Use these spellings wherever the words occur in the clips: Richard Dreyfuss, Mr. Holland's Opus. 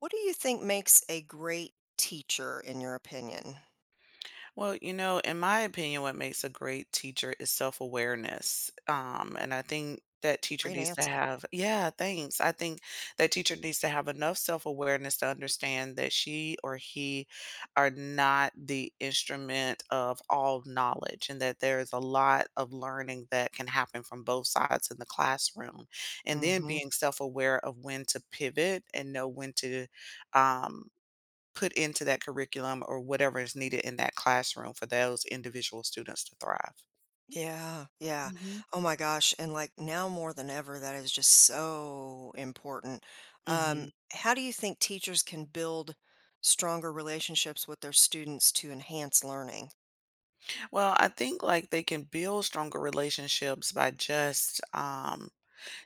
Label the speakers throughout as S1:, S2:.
S1: What do you think makes a great teacher in your opinion?
S2: Well, you know, in my opinion, what makes a great teacher is self awareness. And I think that teacher
S1: Great
S2: needs to
S1: answer.
S2: have, yeah, thanks. I think that teacher needs to have enough self awareness to understand that she or he are not the instrument of all knowledge and that there is a lot of learning that can happen from both sides in the classroom. And then
S1: Mhm.
S2: being self aware of when to pivot and know when to um, put into that curriculum or whatever is needed in that classroom for those individual students to thrive.
S1: Yeah, yeah.
S2: Mhm.
S1: Oh my gosh, and, like, now more than ever, that is just so important.
S2: Mhm.
S1: How do you think teachers can build stronger relationships with their students to enhance learning?
S2: Well, I think, like, they can build stronger relationships by just,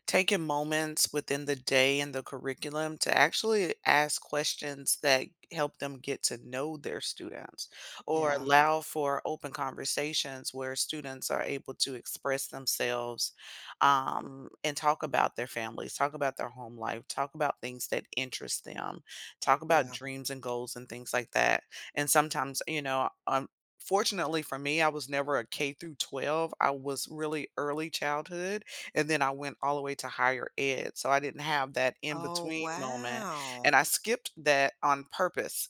S2: taking moments within the day and the curriculum to actually ask questions that help them get to know their students or
S1: Yeah,
S2: allow for open conversations where students are able to express themselves and talk about their families, talk about their home life, talk about things that interest them, talk about
S1: yeah.
S2: dreams and goals and things like that. And sometimes, you know, fortunately for me, I was never a K through 12. I was really early childhood and then I went all the way to higher ed, so I didn't have that in
S1: Oh,
S2: between moment, and
S1: wow.
S2: I skipped that on purpose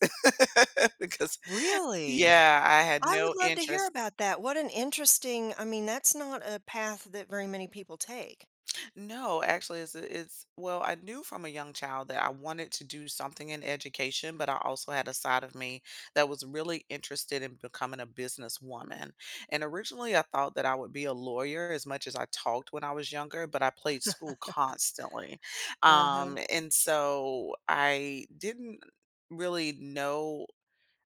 S2: because
S1: Really?
S2: Yeah, I had
S1: I
S2: no
S1: would love to hear
S2: interest.
S1: about that. What an interesting I mean, that's not a path that very many people take.
S2: No, actually, it's well, I knew from a young child that I wanted to do something in education, but I also had a side of me that was really interested in becoming a businesswoman. And originally, I thought that I would be a lawyer as much as I talked when I was younger, but I played school constantly.
S1: Uh-huh.
S2: And so I didn't really know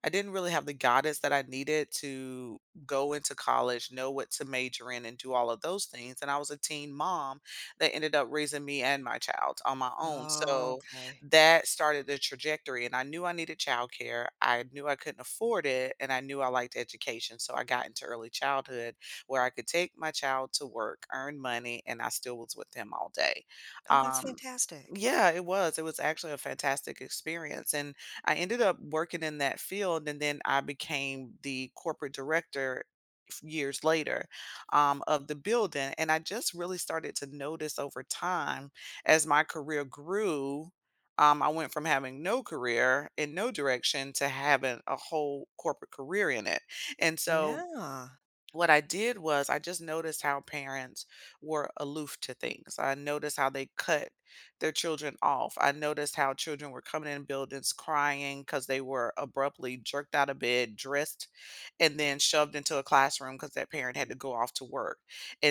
S2: I didn't really have the guidance that I needed to go into college, know what to major in, and do all of those things. And I was a teen mom that ended up raising me and my child on my own.
S1: Oh,
S2: So
S1: okay.
S2: that started the trajectory. And I knew I needed childcare. I knew I couldn't afford it. And I knew I liked education. So I got into early childhood where I could take my child to work, earn money, and I still was with him all day.
S1: Oh, that's
S2: Um,
S1: fantastic.
S2: yeah, it was. It was actually a fantastic experience. And I ended up working in that field, and then I became the corporate director years later of the building. And I just really started to notice over time as my career grew. I went from having no career in no direction to having a whole corporate career in it. And so
S1: Yeah.
S2: what I did was I just noticed how parents were aloof to things. I noticed how they cut their children off. I noticed how children were coming in buildings crying because they were abruptly jerked out of bed, dressed, and then shoved into a classroom because that parent had to go off to work.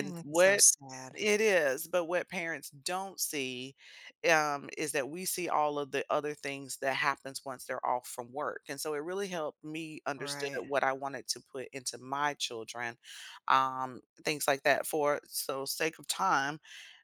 S1: Oh, that's so
S2: what
S1: sad.
S2: it is, but what parents don't see is that we see all of the other things that happens once they're off from work, and so it really helped me understood
S1: Right.
S2: what I wanted to put into my children, things like that. For so sake of time,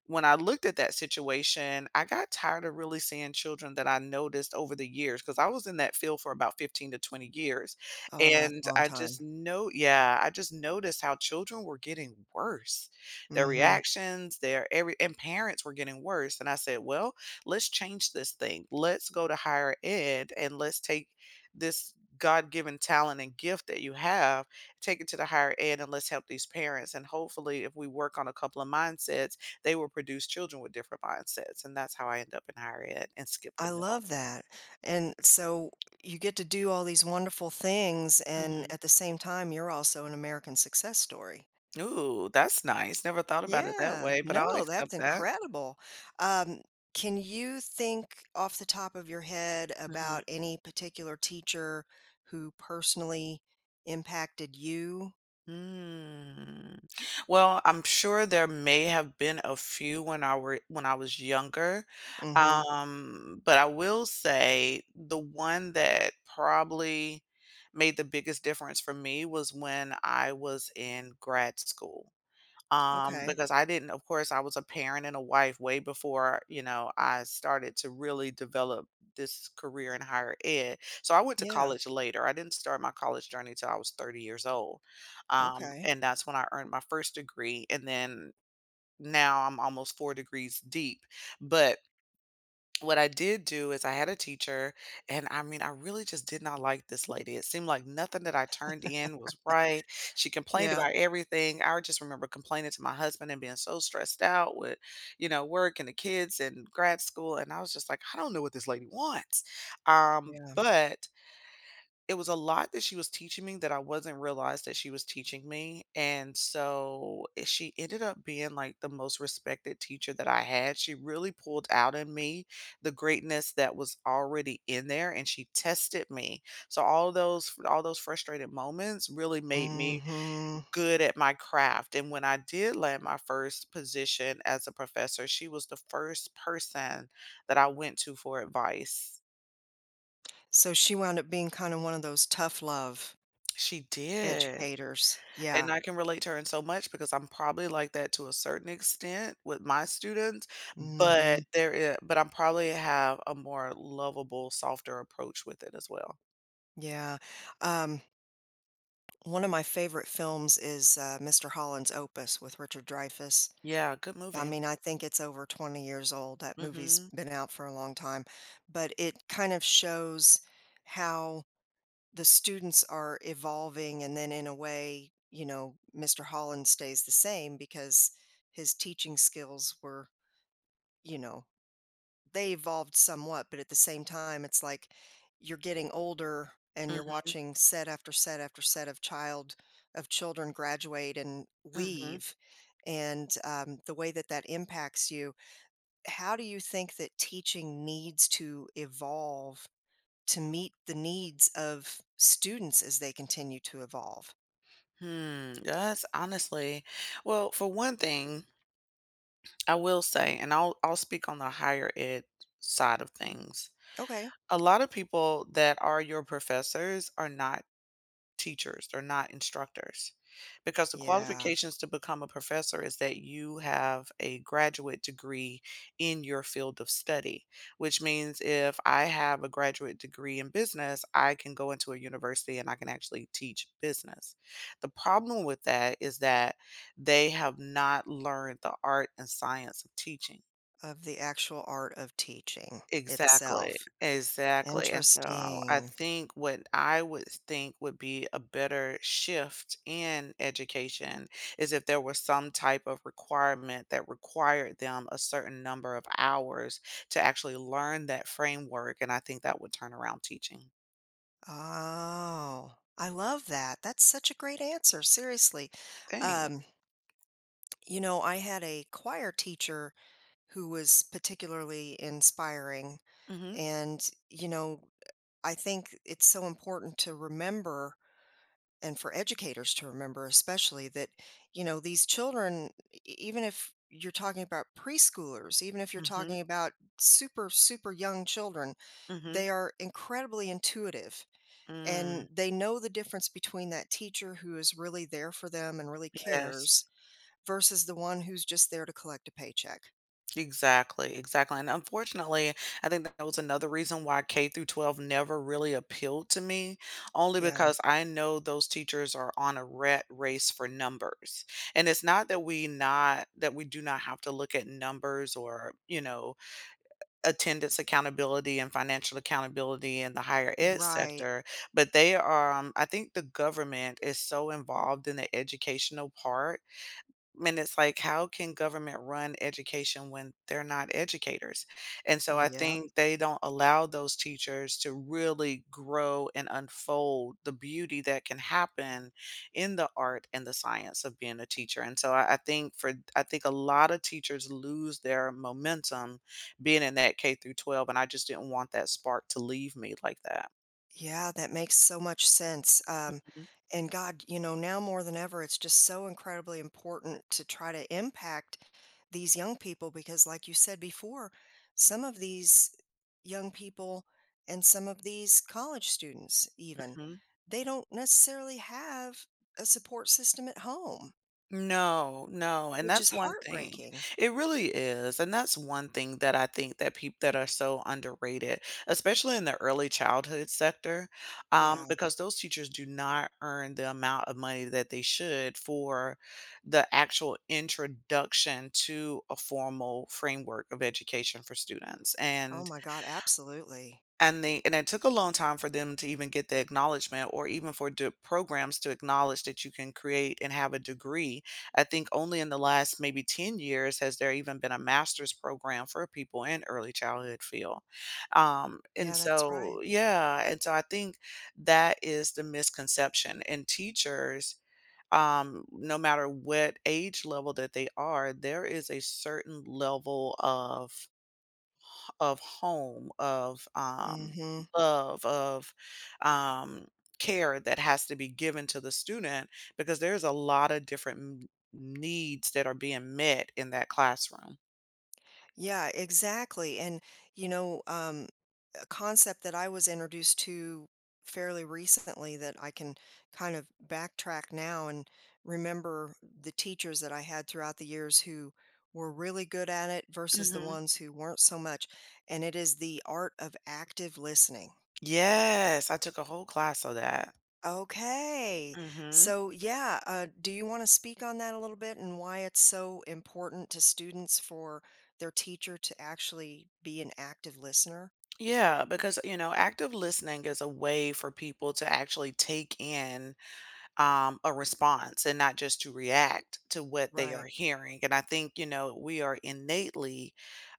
S2: when I looked at that situation, I got tired of really seeing children that I noticed over the years, because I was in that field for about 15 to 20 years,
S1: Oh, that's
S2: and
S1: a long
S2: I just
S1: time.
S2: know, yeah, I just noticed how children were getting worse, their
S1: Mhm.
S2: reactions, their every, and parents were getting worse. And I said, well, let's change this thing. Let's go to higher ed and let's take this God given talent and gift that you have, take it to the higher ed and let's help these parents. And hopefully, if we work on a couple of mindsets, they will produce children with different mindsets. And that's how I end up in higher ed and skip the
S1: I
S2: middle.
S1: love that. And so you get to do all these wonderful things, and
S2: Mhm.
S1: at the same time, you're also an American success story.
S2: Ooh, that's nice. Never thought about it that
S1: Yeah.
S2: way, but I'll
S1: No,
S2: accept
S1: that's
S2: that.
S1: incredible. Um, can you think off the top of your head about any particular teacher who personally impacted you?
S2: Mm. Well, I'm sure there may have been a few when I was younger.
S1: Mhm.
S2: But I will say the one that probably made the biggest difference for me was when I was in grad school,
S1: Okay.
S2: because I didn't, of course, I was a parent and a wife way before, you know, I started to really develop this career in higher ed. So I went to
S1: Yeah,
S2: college later. I didn't start my college journey till I was 30 years old.
S1: okay.
S2: And that's when I earned my first degree. And then now I'm almost four degrees deep. But what I did do is I had a teacher, and I mean, I really just did not like this lady. It seemed like nothing that I turned in was right. She complained
S1: Yeah,
S2: about everything. I just remember complaining to my husband and being so stressed out with, you know, work and the kids and grad school. And I was just like, I don't know what this lady wants.
S1: yeah.
S2: But it was a lot that she was teaching me that I wasn't realize that she was teaching me, and so, she ended up being, like, the most respected teacher that I had. She really pulled out in me the greatness that was already in there, and she tested me. So all those frustrated moments really made me
S1: Mhm.
S2: good at my craft, and when I did land my first position as a professor, she was the first person that I went to for advice.
S1: So she wound up being kinda one of those tough love
S2: She did.
S1: educators.
S2: And
S1: Yeah.
S2: I can relate to her in so much because I'm probably like that to a certain extent with my students, but
S1: Mhm.
S2: there is, but I'm probably have a more lovable, softer approach with it as well.
S1: Yeah. Um, One of my favorite films is, Mr. Holland's Opus with Richard Dreyfuss.
S2: Yeah, good
S1: I
S2: movie.
S1: mean, I think it's over 20 years old. That movie's
S2: Mhm.
S1: been out for a long time, but it kind of shows how the students are evolving, and then, in a way, you know, Mr. Holland stays the same because his teaching skills were, you know, they evolved somewhat, but at the same time it's like you're getting older and you're
S2: Mhm.
S1: watching set after set after set of child of children graduate and
S2: Mhm.
S1: leave. And the way that that impacts you, how do you think that teaching needs to evolve to meet the needs of students as they continue to evolve?
S2: Hmm. That's honestly, well, for one thing, I will say, and I'll speak on the higher ed side of things.
S1: Okay.
S2: A lot of people that are your professors are not teachers, they're not instructors. Because the
S1: Yeah,
S2: qualifications to become a professor is that you have a graduate degree in your field of study, which means if I have a graduate degree in business, I can go into a university and I can actually teach business. The problem with that is that they have not learned the art and science of teaching.
S1: of the actual art of teaching
S2: Exactly,
S1: itself.
S2: exactly, and so I
S1: Interesting.
S2: think what I would think would be a better shift in education is if there was some type of requirement that required them a certain number of hours to actually learn that framework, and I think that would turn around teaching.
S1: Oh, I love that. That's such a great answer, seriously. Um,
S2: Thanks.
S1: you know, I had a choir teacher who was particularly inspiring.
S2: Mhm,
S1: And, you know, I think it's so important to remember, and for educators to remember especially, that you know these children even if you're talking about preschoolers, even if you're
S2: mhm,
S1: talking about super super young children,
S2: mhm,
S1: they are incredibly intuitive,
S2: mm,
S1: and they know the difference between that teacher who is really there for them and really
S2: yes.
S1: cares versus the one who's just there to collect a paycheck.
S2: Exactly, exactly. And unfortunately, I think that was another reason why K through 12 never really appealed to me, only
S1: Yeah.
S2: because I know those teachers are on a rat race for numbers. And it's not that we do not have to look at numbers or, you know, attendance accountability and financial accountability in the higher ed
S1: Right.
S2: sector, but they are, I think the government is so involved in the educational part, and it's like, how can government run education when they're not educators? And so I
S1: Yeah.
S2: think they don't allow those teachers to really grow and unfold the beauty that can happen in the art and the science of being a teacher. And so I think a lot of teachers lose their momentum being in that K through 12, and I just didn't want that spark to leave me like that.
S1: Yeah, that makes so much sense. And God, you know, now more than ever, it's just so incredibly important to try to impact these young people because, like you said before, some of these young people and some of these college students, even,
S2: Mhm.
S1: they don't necessarily have a support system at home,
S2: No, no, and
S1: which is
S2: that's one thing.
S1: heartbreaking.
S2: It really is, and that's one thing that I think that people that are so underrated, especially in the early childhood sector,
S1: Yeah.
S2: because those teachers do not earn the amount of money that they should for the actual introduction to a formal framework of education for students.
S1: Oh my God, absolutely.
S2: And they and it took a long time for them to even get the acknowledgement or even for programs to acknowledge that you can create and have a degree. I think only in the last maybe 10 years has there even been a master's program for people in early childhood field. And
S1: Yeah, that's
S2: so,
S1: right.
S2: yeah, and so I think that is the misconception. And teachers, no matter what age level that they are, there is a certain level of home, of
S1: Mm hmm.
S2: love, of um, care that has to be given to the student, because there's a lot of different needs that are being met in that classroom.
S1: Yeah, exactly. And, you know, a concept that I was introduced to fairly recently that I can kind of backtrack now and remember the teachers that I had throughout the years who were really good at it versus the
S2: Hmm.
S1: ones who weren't so much. And it is the art of active listening.
S2: Yes, I took a whole class of that.
S1: Okay.
S2: Hmm.
S1: So, yeah, do you want to speak on that a little bit and why it's so important to students for their teacher to actually be an active listener?
S2: Yeah, because, you know, active listening is a way for people to actually take in a response and not just to react to what they
S1: Right.
S2: are hearing. And I think, you know, we are innately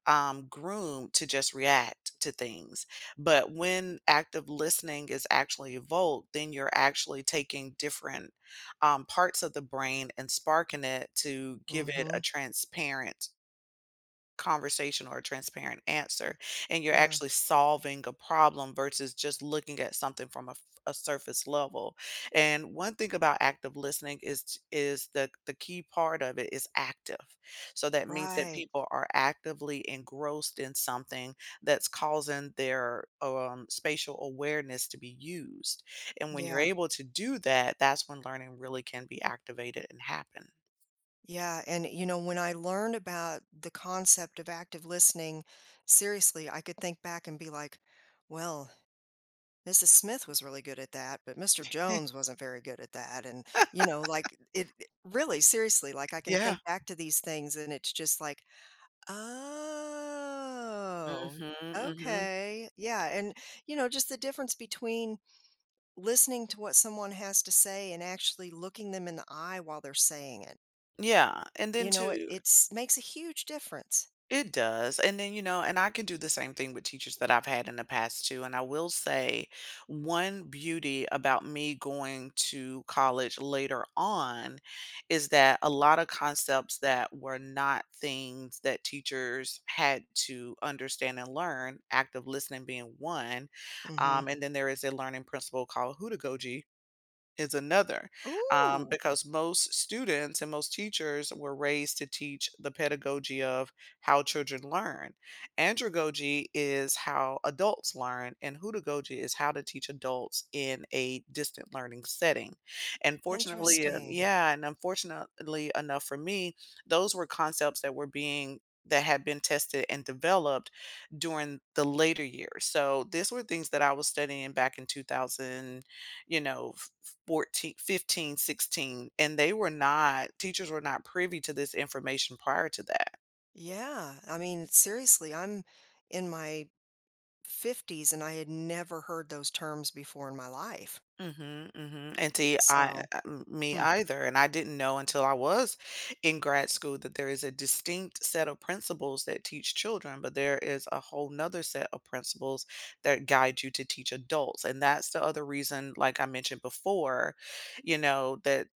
S2: groomed to just react to things. But when active listening is actually evoked, then you're actually taking different parts of the brain and sparking it to give it a
S1: Mm-hmm.
S2: transparent conversation or a transparent answer, and you're
S1: Yeah.
S2: actually solving a problem versus just looking at something from a, a surface level. And one thing about active listening is, is the key part of it is active. So that means that
S1: Right.
S2: people are actively engrossed in something that's causing their spatial awareness to be used, and when you're
S1: Yeah.
S2: able to do that, that's when learning really can be activated and happen.
S1: Yeah. And, you know, when I learned about the concept of active listening, seriously, I could think back and be like, well, Mrs. Smith was really good at that, but Mr. Jones wasn't very good at that, and, you know, like, it really, seriously, like, I can
S2: Yeah.
S1: think back to these things, and it's just like, "Oh,
S2: Hmm. Hmm.
S1: okay." Yeah, and, you know, just the difference between listening to what someone has to say and actually looking them in the eye while they're saying it,
S2: Yeah, and then
S1: you know, it
S2: too,
S1: it's makes a huge difference.
S2: it does. And then, you know, and I can do the same thing with teachers that I've had in the past too. And I will say, one beauty about me going to college later on is that a lot of concepts that were not things that teachers had to understand and learn, active listening being one.
S1: Mhm.
S2: And then there is a learning principle called hudagogy is another,
S1: Ooh,
S2: because most students and most teachers were raised to teach the pedagogy of how children learn. Andragogy is how adults learn, and hudagogy is how to teach adults in a distant learning setting. And fortunately,
S1: interesting.
S2: yeah, and unfortunately enough for me, those were concepts that were being that had been tested and developed during the later years. So these were things that I was studying back in 2000, you know 14, 15, 16, and they were not teachers were not privy to this information prior to that.
S1: Yeah, I mean, seriously, I'm in my 50s and I had never heard those terms before in my life.
S2: Mhm, mhm, and see,
S1: So,
S2: me
S1: hmm,
S2: either, and I didn't know until I was in grad school that there is a distinct set of principles that teach children, but there is a whole whole 'nother set of principles that guide you to teach adults, and that's the other reason, like I mentioned before, you know, that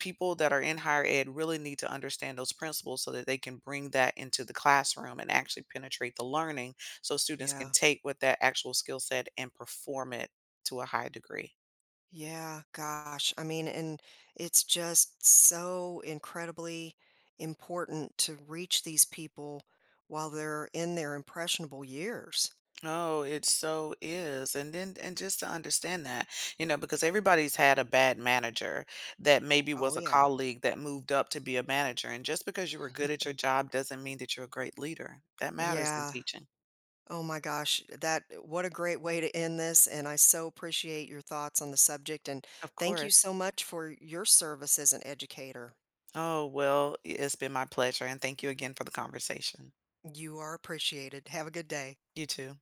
S2: people that are in higher ed really need to understand those principles so that they can bring that into the classroom and actually penetrate the learning so students can
S1: yeah.
S2: take what that actual skill set and perform it to a high degree.
S1: Yeah, gosh. I mean, and it's just so incredibly important to reach these people while they're in their impressionable years.
S2: Oh, it so is. And then, and just to understand that, you know, because everybody's had a bad manager that maybe was
S1: Oh,
S2: a
S1: yeah.
S2: colleague that moved up to be a manager. And just because you were good at your job doesn't mean that you're a great leader. That matters in
S1: Yeah.
S2: teaching.
S1: Oh, my gosh. That, what a great way to end this. And I so appreciate your thoughts on the subject. And
S2: Of
S1: thank you
S2: course.
S1: so much for your service as an educator.
S2: Oh, well, it's been my pleasure, and thank you again for the conversation.
S1: You are appreciated. Have a good day.
S2: You too.